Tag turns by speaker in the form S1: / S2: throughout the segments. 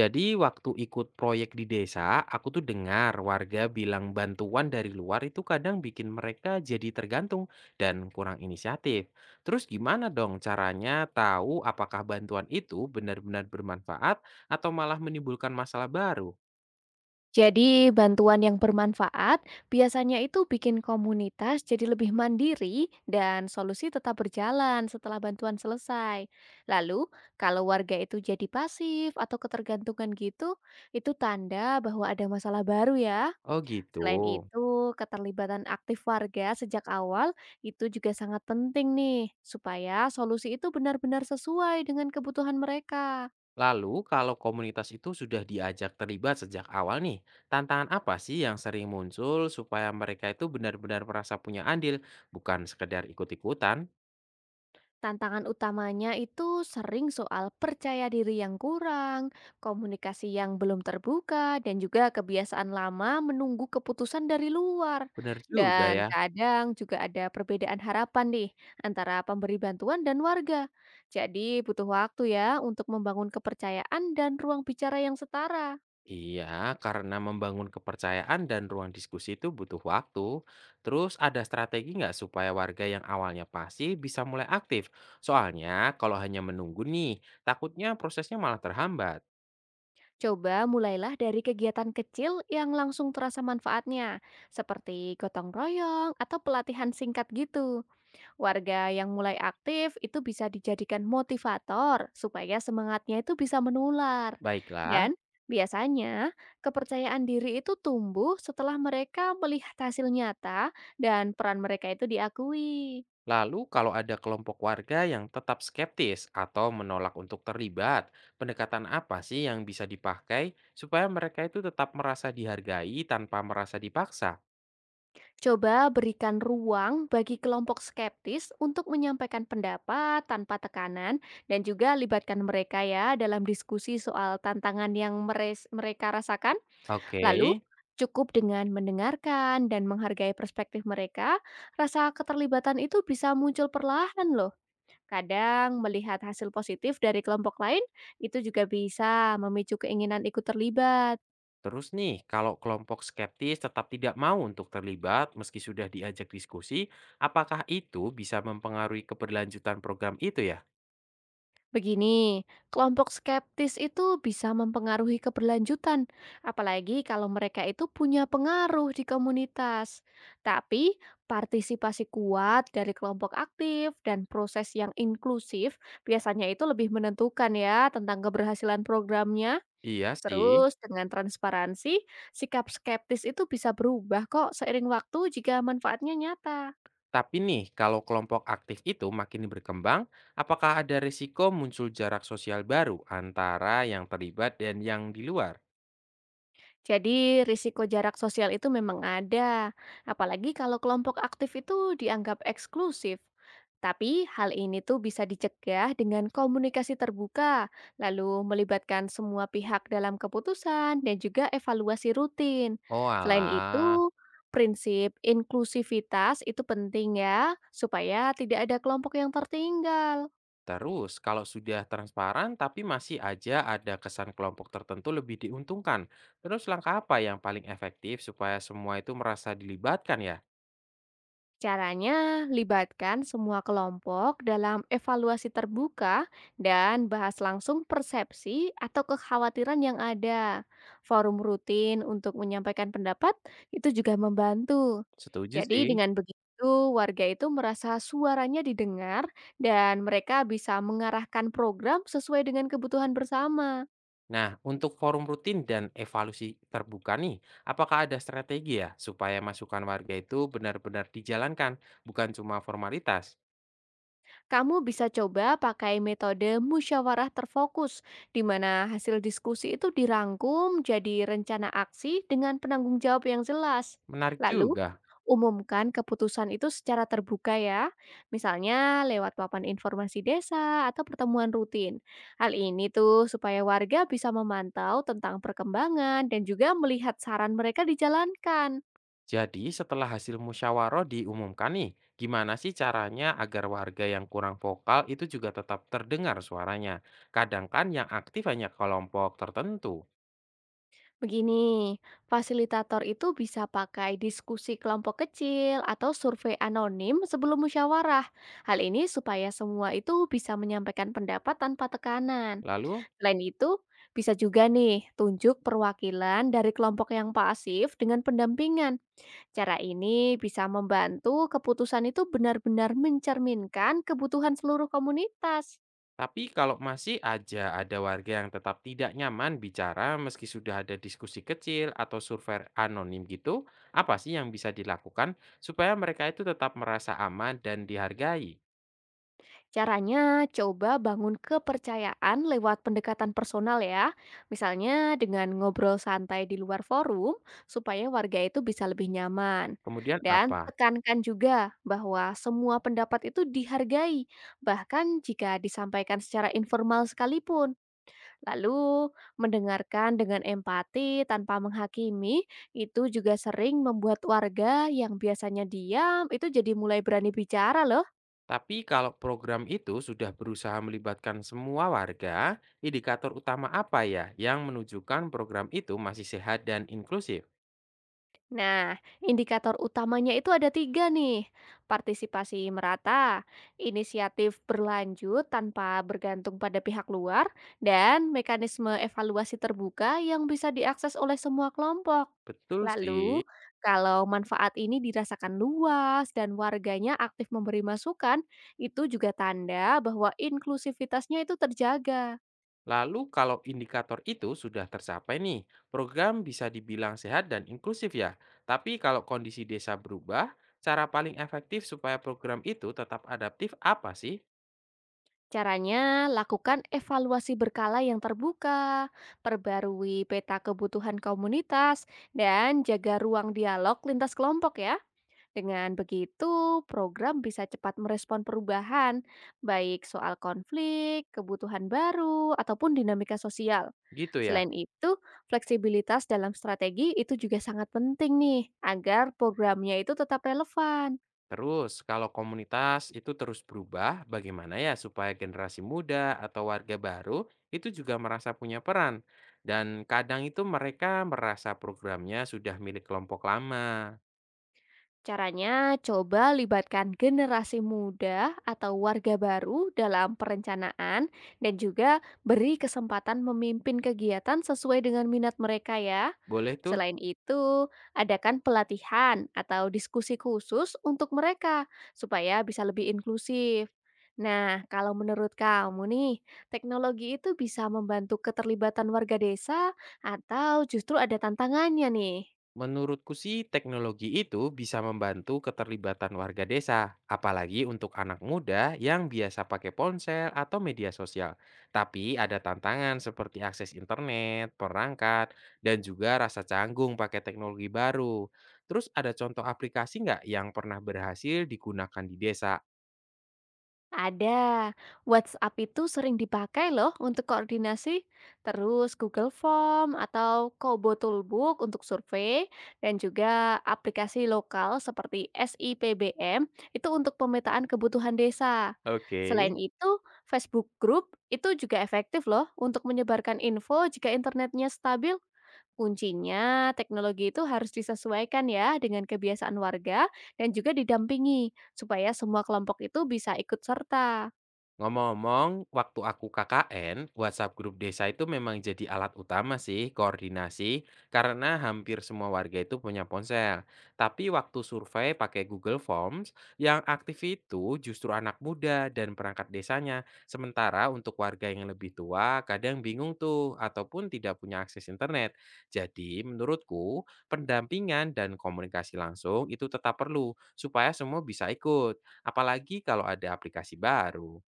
S1: Jadi waktu ikut proyek di desa, aku tuh dengar warga bilang bantuan dari luar itu kadang bikin mereka jadi tergantung dan kurang inisiatif. Terus gimana dong caranya tahu apakah bantuan itu benar-benar bermanfaat atau malah menimbulkan masalah baru?
S2: Jadi, bantuan yang bermanfaat biasanya itu bikin komunitas jadi lebih mandiri dan solusi tetap berjalan setelah bantuan selesai. Lalu, kalau warga itu jadi pasif atau ketergantungan gitu, itu tanda bahwa ada masalah baru ya.
S1: Oh gitu.
S2: Selain itu, keterlibatan aktif warga sejak awal itu juga sangat penting nih, supaya solusi itu benar-benar sesuai dengan kebutuhan mereka.
S1: Lalu kalau komunitas itu sudah diajak terlibat sejak awal nih, tantangan apa sih yang sering muncul supaya mereka itu benar-benar merasa punya andil, bukan sekedar ikut-ikutan?
S2: Tantangan utamanya itu sering soal percaya diri yang kurang, komunikasi yang belum terbuka, dan juga kebiasaan lama menunggu keputusan dari luar.
S1: Benar juga
S2: Dan
S1: ya.
S2: kadang juga ada perbedaan harapan nih antara pemberi bantuan dan warga. Jadi butuh waktu ya untuk membangun kepercayaan dan ruang bicara yang setara.
S1: Iya, karena membangun kepercayaan dan ruang diskusi itu butuh waktu. Terus ada strategi nggak supaya warga yang awalnya pasif bisa mulai aktif? Soalnya kalau hanya menunggu nih, takutnya prosesnya malah terhambat.
S2: Coba mulailah dari kegiatan kecil yang langsung terasa manfaatnya, seperti gotong royong atau pelatihan singkat gitu. Warga yang mulai aktif itu bisa dijadikan motivator supaya semangatnya itu bisa menular.
S1: Baiklah,
S2: Dan biasanya kepercayaan diri itu tumbuh setelah mereka melihat hasil nyata dan peran mereka itu diakui.
S1: lalu kalau ada kelompok warga yang tetap skeptis atau menolak untuk terlibat, pendekatan apa sih yang bisa dipakai supaya mereka itu tetap merasa dihargai tanpa merasa dipaksa?
S2: Coba berikan ruang bagi kelompok skeptis untuk menyampaikan pendapat tanpa tekanan dan juga libatkan mereka ya dalam diskusi soal tantangan yang mereka rasakan.
S1: Oke.
S2: Lalu, cukup dengan mendengarkan dan menghargai perspektif mereka, rasa keterlibatan itu bisa muncul perlahan loh. Kadang melihat hasil positif dari kelompok lain, itu juga bisa memicu keinginan ikut terlibat.
S1: Terus nih, kalau kelompok skeptis tetap tidak mau untuk terlibat meski sudah diajak diskusi, apakah itu bisa mempengaruhi keberlanjutan program itu ya?
S2: Begini, kelompok skeptis itu bisa mempengaruhi keberlanjutan, apalagi kalau mereka itu punya pengaruh di komunitas. Tapi, partisipasi kuat dari kelompok aktif dan proses yang inklusif biasanya itu lebih menentukan ya tentang keberhasilan programnya.
S1: Iya sih.
S2: Terus, dengan transparansi, sikap skeptis itu bisa berubah kok seiring waktu jika manfaatnya nyata.
S1: Tapi nih, kalau kelompok aktif itu makin berkembang, apakah ada risiko muncul jarak sosial baru antara yang terlibat dan yang di luar?
S2: Jadi risiko jarak sosial itu memang ada, apalagi kalau kelompok aktif itu dianggap eksklusif. Tapi hal ini tuh bisa dicegah dengan komunikasi terbuka, lalu melibatkan semua pihak dalam keputusan dan juga evaluasi rutin.
S1: Oh
S2: Selain
S1: alah.
S2: itu, prinsip inklusivitas itu penting ya, supaya tidak ada kelompok yang tertinggal.
S1: Terus, kalau sudah transparan tapi masih aja ada kesan kelompok tertentu lebih diuntungkan, terus langkah apa yang paling efektif supaya semua itu merasa dilibatkan ya?
S2: Caranya, libatkan semua kelompok dalam evaluasi terbuka dan bahas langsung persepsi atau kekhawatiran yang ada. Forum rutin untuk menyampaikan pendapat itu juga membantu.
S1: Setuju
S2: Jadi
S1: sih.
S2: dengan begitu, warga itu merasa suaranya didengar dan mereka bisa mengarahkan program sesuai dengan kebutuhan bersama.
S1: Nah, untuk forum rutin dan evaluasi terbuka nih, apakah ada strategi ya supaya masukan warga itu benar-benar dijalankan, bukan cuma formalitas?
S2: Kamu bisa coba pakai metode musyawarah terfokus, di mana hasil diskusi itu dirangkum jadi rencana aksi dengan penanggung jawab yang jelas.
S1: Menarik
S2: Lalu,
S1: juga.
S2: umumkan keputusan itu secara terbuka ya, misalnya lewat papan informasi desa atau pertemuan rutin. Hal ini tuh supaya warga bisa memantau tentang perkembangan dan juga melihat saran mereka dijalankan.
S1: Jadi setelah hasil musyawarah diumumkan nih, gimana sih caranya agar warga yang kurang vokal itu juga tetap terdengar suaranya? Kadang kan yang aktif hanya kelompok tertentu.
S2: Begini, fasilitator itu bisa pakai diskusi kelompok kecil atau survei anonim sebelum musyawarah. Hal ini supaya semua itu bisa menyampaikan pendapat tanpa tekanan.
S1: Lalu,
S2: Selain itu, bisa juga nih tunjuk perwakilan dari kelompok yang pasif dengan pendampingan. Cara ini bisa membantu keputusan itu benar-benar mencerminkan kebutuhan seluruh komunitas.
S1: tapi kalau masih aja ada warga yang tetap tidak nyaman bicara meski sudah ada diskusi kecil atau survei anonim gitu, apa sih yang bisa dilakukan supaya mereka itu tetap merasa aman dan dihargai?
S2: Caranya, coba bangun kepercayaan lewat pendekatan personal ya. Misalnya dengan ngobrol santai di luar forum supaya warga itu bisa lebih nyaman.
S1: Kemudian
S2: Dan
S1: apa?
S2: tekankan juga bahwa semua pendapat itu dihargai, bahkan jika disampaikan secara informal sekalipun. Lalu, mendengarkan dengan empati tanpa menghakimi itu juga sering membuat warga yang biasanya diam itu jadi mulai berani bicara loh.
S1: Tapi kalau program itu sudah berusaha melibatkan semua warga, indikator utama apa ya yang menunjukkan program itu masih sehat dan inklusif?
S2: Nah, indikator utamanya itu ada 3 nih. Partisipasi merata, inisiatif berlanjut tanpa bergantung pada pihak luar, dan mekanisme evaluasi terbuka yang bisa diakses oleh semua kelompok.
S1: Betul
S2: Lalu,
S1: sih.
S2: kalau manfaat ini dirasakan luas dan warganya aktif memberi masukan, itu juga tanda bahwa inklusivitasnya itu terjaga.
S1: Lalu kalau indikator itu sudah tercapai nih, program bisa dibilang sehat dan inklusif ya. Tapi kalau kondisi desa berubah, cara paling efektif supaya program itu tetap adaptif apa sih?
S2: Caranya, lakukan evaluasi berkala yang terbuka, perbarui peta kebutuhan komunitas, dan jaga ruang dialog lintas kelompok ya. Dengan begitu, program bisa cepat merespon perubahan, baik soal konflik, kebutuhan baru, ataupun dinamika sosial.
S1: Gitu ya.
S2: Selain itu, fleksibilitas dalam strategi itu juga sangat penting nih, agar programnya itu tetap relevan.
S1: Terus, kalau komunitas itu terus berubah, bagaimana ya supaya generasi muda atau warga baru itu juga merasa punya peran? Dan kadang itu mereka merasa programnya sudah milik kelompok lama.
S2: Caranya, coba libatkan generasi muda atau warga baru dalam perencanaan dan juga beri kesempatan memimpin kegiatan sesuai dengan minat mereka ya.
S1: Boleh tuh.
S2: Selain itu, adakan pelatihan atau diskusi khusus untuk mereka supaya bisa lebih inklusif. Nah, kalau menurut kamu nih, teknologi itu bisa membantu keterlibatan warga desa atau justru ada tantangannya nih?
S1: Menurutku sih teknologi itu bisa membantu keterlibatan warga desa, apalagi untuk anak muda yang biasa pakai ponsel atau media sosial. Tapi ada tantangan seperti akses internet, perangkat, dan juga rasa canggung pakai teknologi baru. Terus ada contoh aplikasi nggak yang pernah berhasil digunakan di desa?
S2: Ada. WhatsApp itu sering dipakai loh untuk koordinasi, terus Google Form atau Kobo Toolbook untuk survei, dan juga aplikasi lokal seperti SIPBM itu untuk pemetaan kebutuhan desa.
S1: Oke.
S2: Selain itu, Facebook Group itu juga efektif loh untuk menyebarkan info jika internetnya stabil. Kuncinya, teknologi itu harus disesuaikan ya dengan kebiasaan warga dan juga didampingi supaya semua kelompok itu bisa ikut serta.
S1: Ngomong-ngomong, waktu aku KKN, WhatsApp grup desa itu memang jadi alat utama sih koordinasi karena hampir semua warga itu punya ponsel. Tapi waktu survei pakai Google Forms, yang aktif itu justru anak muda dan perangkat desanya. Sementara untuk warga yang lebih tua kadang bingung tuh ataupun tidak punya akses internet. Jadi menurutku, pendampingan dan komunikasi langsung itu tetap perlu supaya semua bisa ikut, apalagi kalau ada aplikasi baru.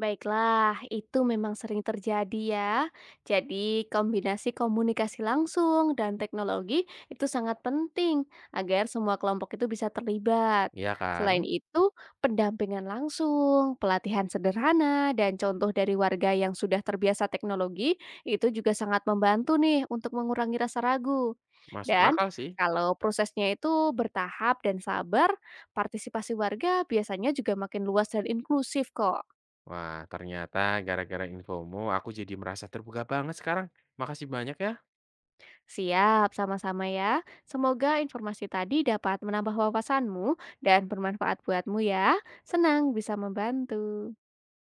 S2: Baiklah, itu memang sering terjadi ya. Jadi, kombinasi komunikasi langsung dan teknologi itu sangat penting agar semua kelompok itu bisa terlibat.
S1: Iya kan?
S2: Selain itu, pendampingan langsung, pelatihan sederhana, dan contoh dari warga yang sudah terbiasa teknologi itu juga sangat membantu nih untuk mengurangi rasa ragu.
S1: Masuk
S2: Dan
S1: akal sih.
S2: kalau prosesnya itu bertahap dan sabar, partisipasi warga biasanya juga makin luas dan inklusif kok.
S1: Wah, ternyata gara-gara infomu aku jadi merasa terbuka banget sekarang. Makasih banyak ya.
S2: Siap, sama-sama ya. Semoga informasi tadi dapat menambah wawasanmu dan bermanfaat buatmu ya. Senang bisa membantu.